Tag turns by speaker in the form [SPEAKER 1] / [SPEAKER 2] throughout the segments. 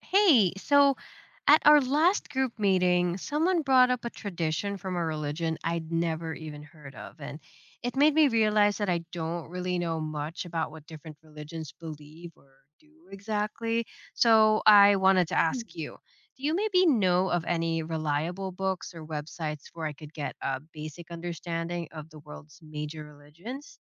[SPEAKER 1] Hey, so at our last group meeting, someone brought up a tradition from a religion I'd never even heard of. And it made me realize that I don't really know much about what different religions believe or do exactly. So I wanted to
[SPEAKER 2] Mm.
[SPEAKER 1] ask you, do you maybe know of any reliable books or websites where I could get a basic understanding of the world's major religions?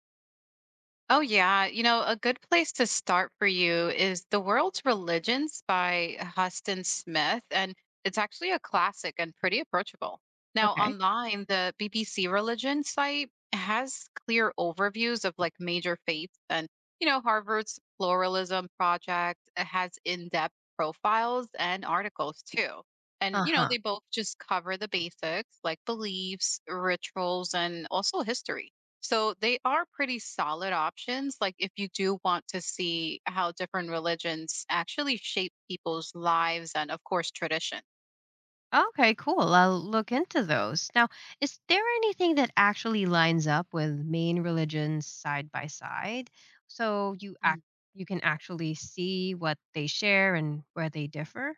[SPEAKER 2] Oh, yeah. You know, a good place to start for you is The World's Religions by Huston Smith. And it's actually a classic and pretty approachable. Now,
[SPEAKER 1] Okay.
[SPEAKER 2] online, the BBC religion site has clear overviews of like major faiths. And, you know, Harvard's Pluralism Project has in depth profiles and articles too. And,
[SPEAKER 1] Uh
[SPEAKER 2] you know,
[SPEAKER 1] huh.
[SPEAKER 2] they both just cover the basics like beliefs, rituals, and also history. So they are pretty solid options. Like if you do want to see how different religions actually shape people's lives and, of course, tradition.
[SPEAKER 1] Okay, cool. I'll look into those. Now, is there anything that actually lines up with main religions side by side so
[SPEAKER 2] Mm.
[SPEAKER 1] you can actually see what they share and where they differ?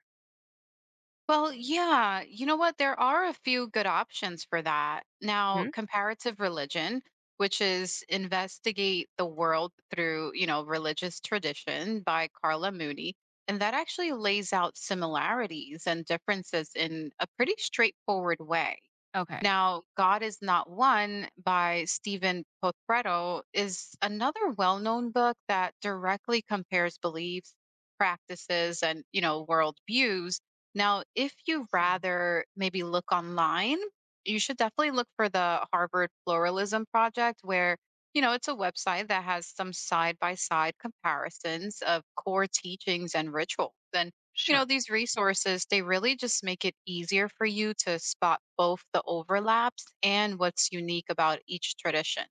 [SPEAKER 2] Well, yeah, you know what? There are a few good options for that. Now,
[SPEAKER 1] Hmm.
[SPEAKER 2] comparative religion, which is investigate the world through, you know, religious tradition by Carla Mooney. And that actually lays out similarities and differences in a pretty straightforward way.
[SPEAKER 1] Okay.
[SPEAKER 2] Now, God is Not One by Stephen Potretto is another well-known book that directly compares beliefs, practices, and you know, worldviews. Now, if you
[SPEAKER 1] Let's see.
[SPEAKER 2] rather maybe look online, you should definitely look for the Harvard Pluralism Project, where you know it's a website that has some side-by-side comparisons of core teachings and rituals. And you know,
[SPEAKER 1] Sure.
[SPEAKER 2] these resources, they really just make it easier for you to spot both the overlaps and what's unique about each tradition.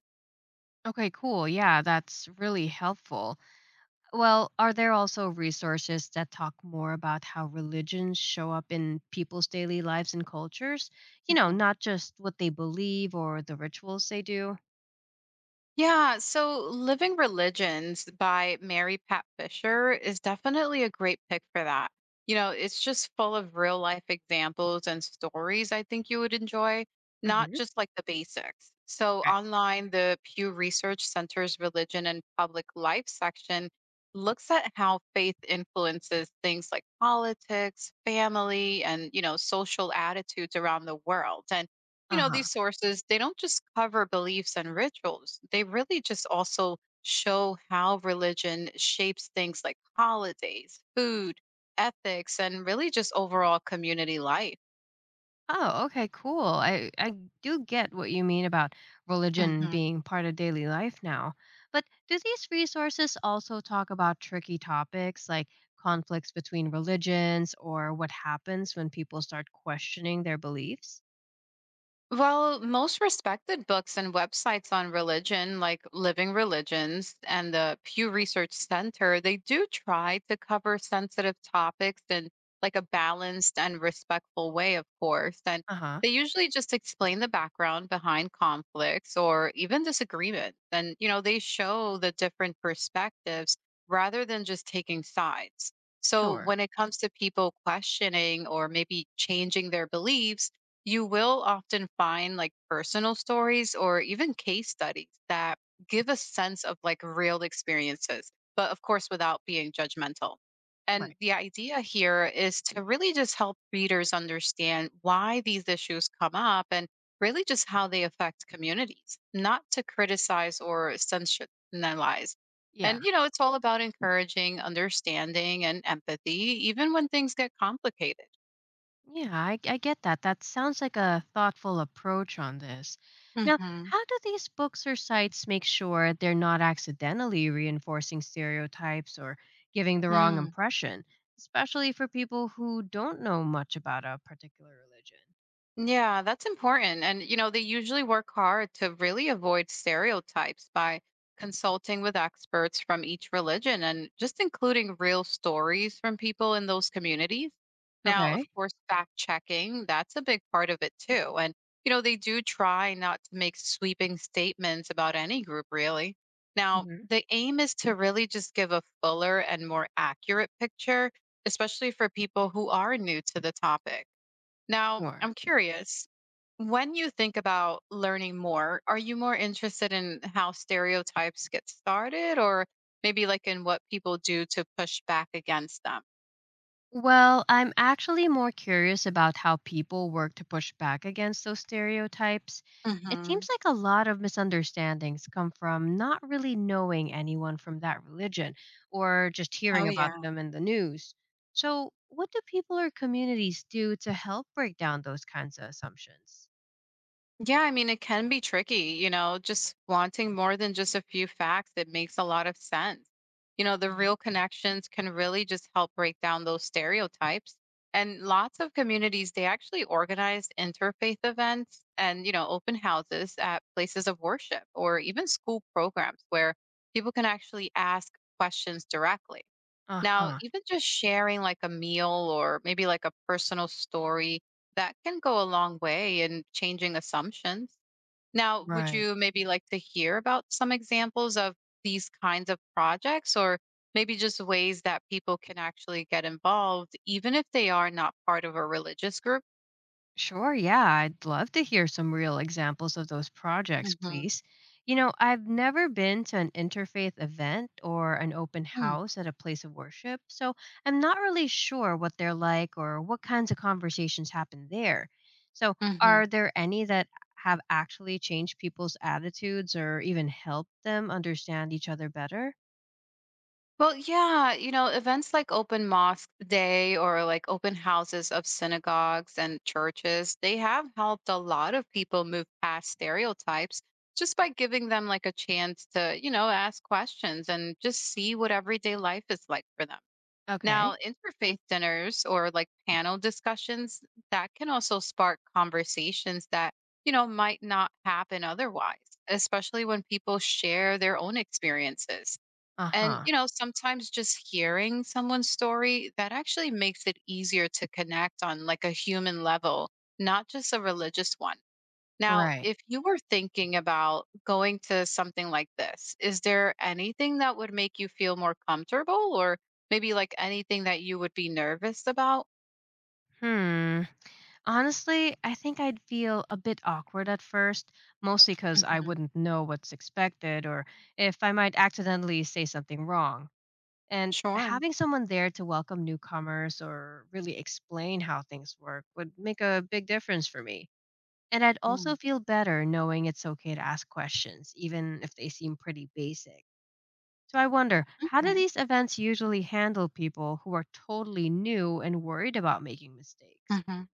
[SPEAKER 1] Okay, cool. Yeah, that's really helpful. Well, are there also resources that talk more about how religions show up in people's daily lives and cultures? You know,
[SPEAKER 2] Mhm.
[SPEAKER 1] not just what they believe or the rituals they do.
[SPEAKER 2] Yeah, so Living Religions by Mary Pat Fisher is definitely a great pick for that. You know, it's just full of real life examples and stories I think you would enjoy, not
[SPEAKER 1] Hmm.
[SPEAKER 2] just like the basics. So,
[SPEAKER 1] Okay.
[SPEAKER 2] online, the Pew Research Center's Religion and Public Life section looks at how faith influences things like politics, family, and, you know, social attitudes around the world. And you know,
[SPEAKER 1] Uh-huh.
[SPEAKER 2] these sources, they don't just cover beliefs and rituals. They really just also show how religion shapes things like holidays, food, ethics, and really just overall community life.
[SPEAKER 1] Oh, okay, cool. I do get what you mean about religion
[SPEAKER 2] Mhm.
[SPEAKER 1] being part of daily life now. But do these resources also talk about tricky topics like conflicts between religions or what happens when people start questioning their beliefs?
[SPEAKER 2] Well, most respected books and websites on religion, like Living Religions and the Pew Research Center, they do try to cover sensitive topics in like a balanced and respectful way, of course. And
[SPEAKER 1] Uh-huh.
[SPEAKER 2] they usually just explain the background behind conflicts or even disagreements. And, you know, they show the different perspectives rather than just taking sides. So
[SPEAKER 1] Sure.
[SPEAKER 2] when it comes to people questioning or maybe changing their beliefs, you will often find like personal stories or even case studies that give a sense of like real experiences, but of course without being judgmental. And
[SPEAKER 1] Right.
[SPEAKER 2] the idea here is to really just help readers understand why these issues come up and really just how they affect communities, not to criticize or sensationalize.
[SPEAKER 1] Yeah.
[SPEAKER 2] And, you know, it's all about encouraging understanding and empathy, even when things get complicated.
[SPEAKER 1] Yeah, I get that. That sounds like a thoughtful approach on this. Now,
[SPEAKER 2] Hmm.
[SPEAKER 1] how do these books or sites make sure they're not accidentally reinforcing stereotypes or giving the wrong impression, especially for people who don't know much about a particular religion?
[SPEAKER 2] Yeah, that's important. And, you know, they usually work hard to really avoid stereotypes by consulting with experts from each religion and just including real stories from people in those communities. Now, of
[SPEAKER 1] Okay.
[SPEAKER 2] course, fact checking, that's a big part of it too. And, you know, they do try not to make sweeping statements about any group, really. Now,
[SPEAKER 1] Mm-hmm.
[SPEAKER 2] the aim is to really just give a fuller and more accurate picture, especially for people who are new to the topic. Now, I'm curious, when you think about learning more, are you more interested in how stereotypes get started or maybe like in what people do to push back against them?
[SPEAKER 1] Well, I'm actually more curious about how people work to push back against those stereotypes. It
[SPEAKER 2] Mhm.
[SPEAKER 1] seems like a lot of misunderstandings come from not really knowing anyone from that religion or just
[SPEAKER 2] Oh,
[SPEAKER 1] hearing about
[SPEAKER 2] yeah.
[SPEAKER 1] them in the news. So, what do people or communities do to help break down those kinds of assumptions?
[SPEAKER 2] Yeah, I mean, it can be tricky, you know, just wanting more than just a few facts. It makes a lot of sense. You know, the
[SPEAKER 1] Mhm.
[SPEAKER 2] real connections can really just help break down those stereotypes. And lots of communities, they actually organize interfaith events and, you know, open houses at places of worship or even school programs where people can actually ask questions directly.
[SPEAKER 1] Uh
[SPEAKER 2] Now,
[SPEAKER 1] huh.
[SPEAKER 2] even just sharing like a meal or maybe like a personal story, that can go a long way in changing assumptions. Now, would
[SPEAKER 1] Right.
[SPEAKER 2] you maybe like to hear about some examples of these kinds of projects or maybe just ways that people can actually get involved, even if they are not part of a religious group?
[SPEAKER 1] Sure, yeah, I'd love to hear some real examples of those projects,
[SPEAKER 2] Mm-hmm.
[SPEAKER 1] please. You know, I've never been to an interfaith event or an open house at a place of worship, so I'm not really sure what they're like or what kinds of conversations happen there. So,
[SPEAKER 2] Mm-hmm.
[SPEAKER 1] are there any that have actually changed people's attitudes or even helped them understand each other better?
[SPEAKER 2] Well, yeah, you know, events like Open Mosque Day or like open houses of synagogues and churches, they have helped a lot of people move past stereotypes just by giving them like a chance to, you know, ask questions and just see what everyday life is like for them. Now,
[SPEAKER 1] Okay.
[SPEAKER 2] interfaith dinners or like panel discussions, that can also spark conversations that, you know, might not happen otherwise, especially when people share their own experiences.
[SPEAKER 1] Uh
[SPEAKER 2] And,
[SPEAKER 1] huh.
[SPEAKER 2] you know, sometimes just hearing someone's story, that actually makes it easier to connect on like a human level, not just a religious one. Now,
[SPEAKER 1] Right.
[SPEAKER 2] if you were thinking about going to something like this, is there anything that would make you feel more comfortable or maybe like anything that you would be nervous about?
[SPEAKER 1] Hmm. Honestly, I think I'd feel a bit awkward at first, mostly because I
[SPEAKER 2] Hmm.
[SPEAKER 1] wouldn't know what's expected or if I might accidentally say something wrong. And
[SPEAKER 2] Sure.
[SPEAKER 1] having someone there to welcome newcomers or really explain how things work would make a big difference for me. And I'd also
[SPEAKER 2] Mm.
[SPEAKER 1] feel better knowing it's okay to ask questions, even if they seem pretty basic. So I wonder, how do
[SPEAKER 2] Okay.
[SPEAKER 1] these events usually handle people who are totally new and worried about making mistakes?
[SPEAKER 2] Mhm.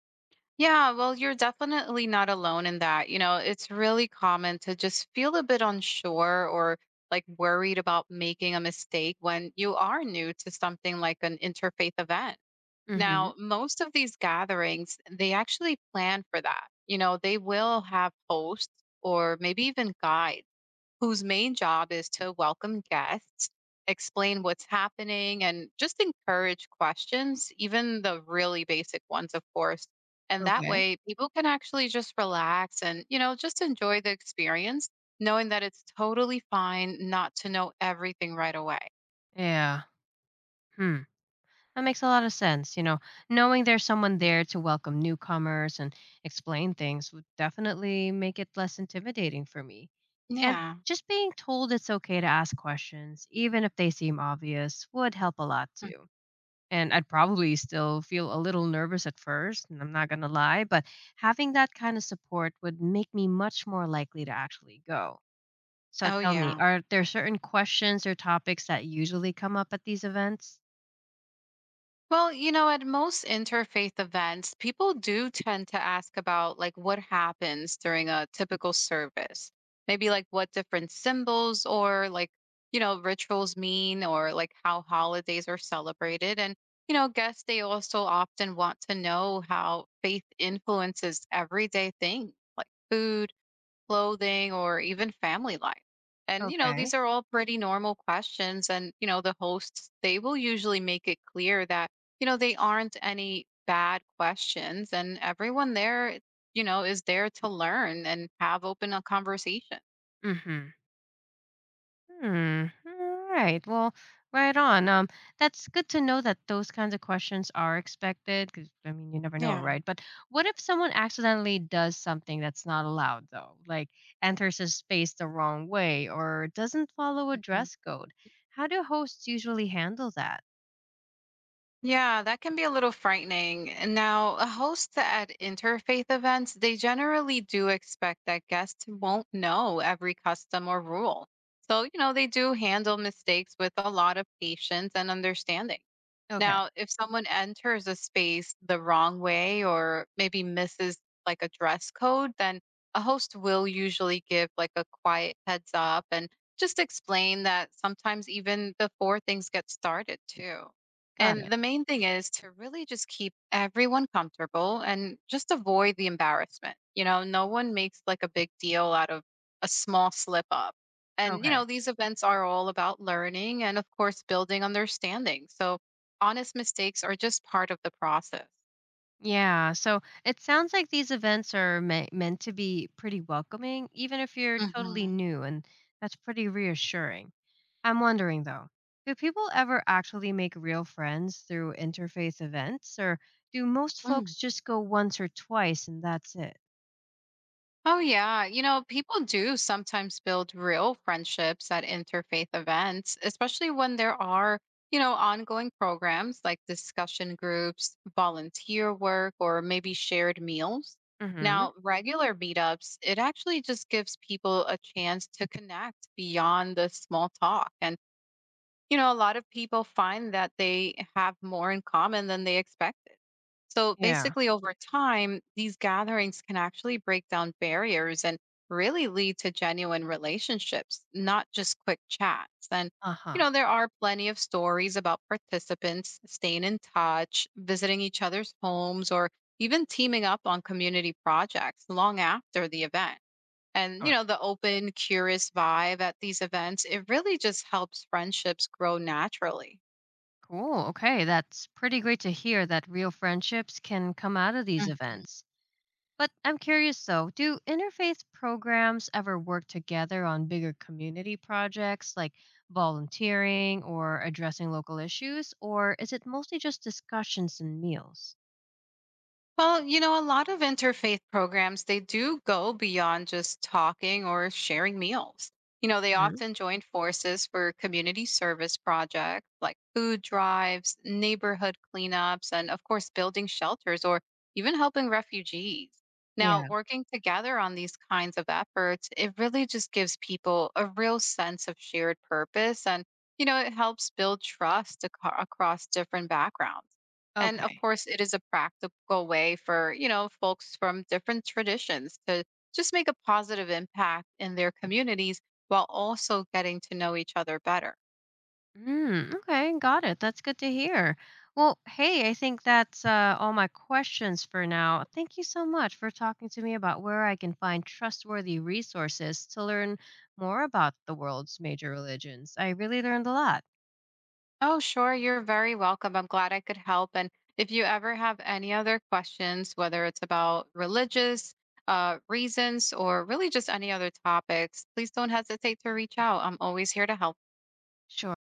[SPEAKER 2] Yeah, well, you're definitely not alone in that. You know, it's really common to just feel a bit unsure or like worried about making a mistake when you are new to something like an interfaith event.
[SPEAKER 1] Mm hmm.
[SPEAKER 2] Now, most of these gatherings, they actually plan for that. You know, they will have hosts or maybe even guides whose main job is to welcome guests, explain what's happening, and just encourage questions, even the really basic ones, of course. And that
[SPEAKER 1] Okay.
[SPEAKER 2] way, people can actually just relax and, you know, just enjoy the experience, knowing that it's totally fine not to know everything right away.
[SPEAKER 1] Yeah. Hmm. That makes a lot of sense. You know, knowing there's someone there to welcome newcomers and explain things would definitely make it less intimidating for me. And
[SPEAKER 2] Yeah.
[SPEAKER 1] just being told it's okay to ask questions, even if they seem obvious, would help a lot
[SPEAKER 2] Mm.
[SPEAKER 1] too. And I'd probably still feel a little nervous at first, and I'm not going to lie, but having that kind of support would make me much more likely to actually go. So
[SPEAKER 2] Oh,
[SPEAKER 1] tell me,
[SPEAKER 2] yeah.
[SPEAKER 1] are there certain questions or topics that usually come up at these events?
[SPEAKER 2] Well, you know, at most interfaith events, people do tend to ask about like what happens during a typical service. Maybe like what different symbols or like, you know, rituals mean or like how holidays are celebrated. And, you know, guests, they also often want to know how faith influences everyday things like food clothing, or even family life? And, you know, these
[SPEAKER 1] Okay.
[SPEAKER 2] are all pretty normal questions. And, you know, the hosts, they will usually make it clear that, you know, they aren't any bad questions. And everyone there, you know, is there to learn and have open a conversation.
[SPEAKER 1] Mm-hmm. Hmm. All right. Well, right on. That's good to know that those kinds of questions are expected. Because I mean, you never know,
[SPEAKER 2] Yeah.
[SPEAKER 1] right? But what if someone accidentally does something that's not allowed, though, like enters a space the wrong way or doesn't follow a dress code? How do hosts usually handle that?
[SPEAKER 2] Yeah, that can be a little frightening. And now, hosts at interfaith events, they generally do expect that guests won't know every custom or rule. So, you know, they do handle mistakes with a lot of patience and understanding.
[SPEAKER 1] Okay,
[SPEAKER 2] Now, if someone enters a space the wrong way or maybe misses like a dress code, then a host will usually give like a quiet heads up and just explain that sometimes even before things get started, too.
[SPEAKER 1] got
[SPEAKER 2] And
[SPEAKER 1] it.
[SPEAKER 2] the main thing is to really just keep everyone comfortable and just avoid the embarrassment. You know, no one makes like a big deal out of a small slip up. And, you
[SPEAKER 1] Okay.
[SPEAKER 2] know, these events are all about learning and, of course, building understanding. So, honest mistakes are just part of the process.
[SPEAKER 1] Yeah, so it sounds like these events are meant to be pretty welcoming, even if you're totally
[SPEAKER 2] Hmm.
[SPEAKER 1] new, and that's pretty reassuring. I'm wondering though, do people ever actually make real friends through interfaith events, or do most
[SPEAKER 2] Mm.
[SPEAKER 1] folks just go once or twice and that's it?
[SPEAKER 2] Oh, yeah. You know, people do sometimes build real friendships at interfaith events, especially when there are, you know, ongoing programs like discussion groups, volunteer work, or maybe shared meals.
[SPEAKER 1] Mm-hmm.
[SPEAKER 2] Now, regular meetups, it actually just gives people a chance to connect beyond the small talk and you know, a lot of people find that they have more in common than they expected. So
[SPEAKER 1] Yeah.
[SPEAKER 2] basically, over time, these gatherings can actually break down barriers and really lead to genuine relationships, not just quick chats. And,
[SPEAKER 1] Uh
[SPEAKER 2] you
[SPEAKER 1] huh.
[SPEAKER 2] know, there are plenty of stories about participants staying in touch, visiting each other's homes, or even teaming up on community projects long after the event. And you
[SPEAKER 1] Sure.
[SPEAKER 2] know, the open curious vibe at these events, it really just helps friendships grow naturally.
[SPEAKER 1] Cool. Okay, that's pretty great to hear that real friendships can come out of these events. But I'm curious though, do interfaith programs ever work together on bigger community projects like volunteering or addressing local issues? Or is it mostly just discussions and meals?
[SPEAKER 2] Well, you know, a lot of interfaith programs, they do go beyond just talking or sharing meals. You know, they
[SPEAKER 1] Mhm.
[SPEAKER 2] often join forces for community service projects like food drives, neighborhood cleanups, and of course, building shelters or even helping refugees. Now,
[SPEAKER 1] Yeah.
[SPEAKER 2] working together on these kinds of efforts, it really just gives people a real sense of shared purpose. And, you know, it helps build trust across different backgrounds. And of
[SPEAKER 1] Okay.
[SPEAKER 2] course, it is a practical way for, you know, folks from different traditions to just make a positive impact in their communities while also getting to know each other better.
[SPEAKER 1] Mm, okay. Got it. That's good to hear. Well, hey, I think that's all my questions for now. Thank you so much for talking to me about where I can find trustworthy resources to learn more about the world's major religions. I really learned a lot.
[SPEAKER 2] Oh, sure. You're very welcome. I'm glad I could help. And if you ever have any other questions, whether it's about religious reasons or really just any other topics, please don't hesitate to reach out. I'm always here to help.
[SPEAKER 1] Sure.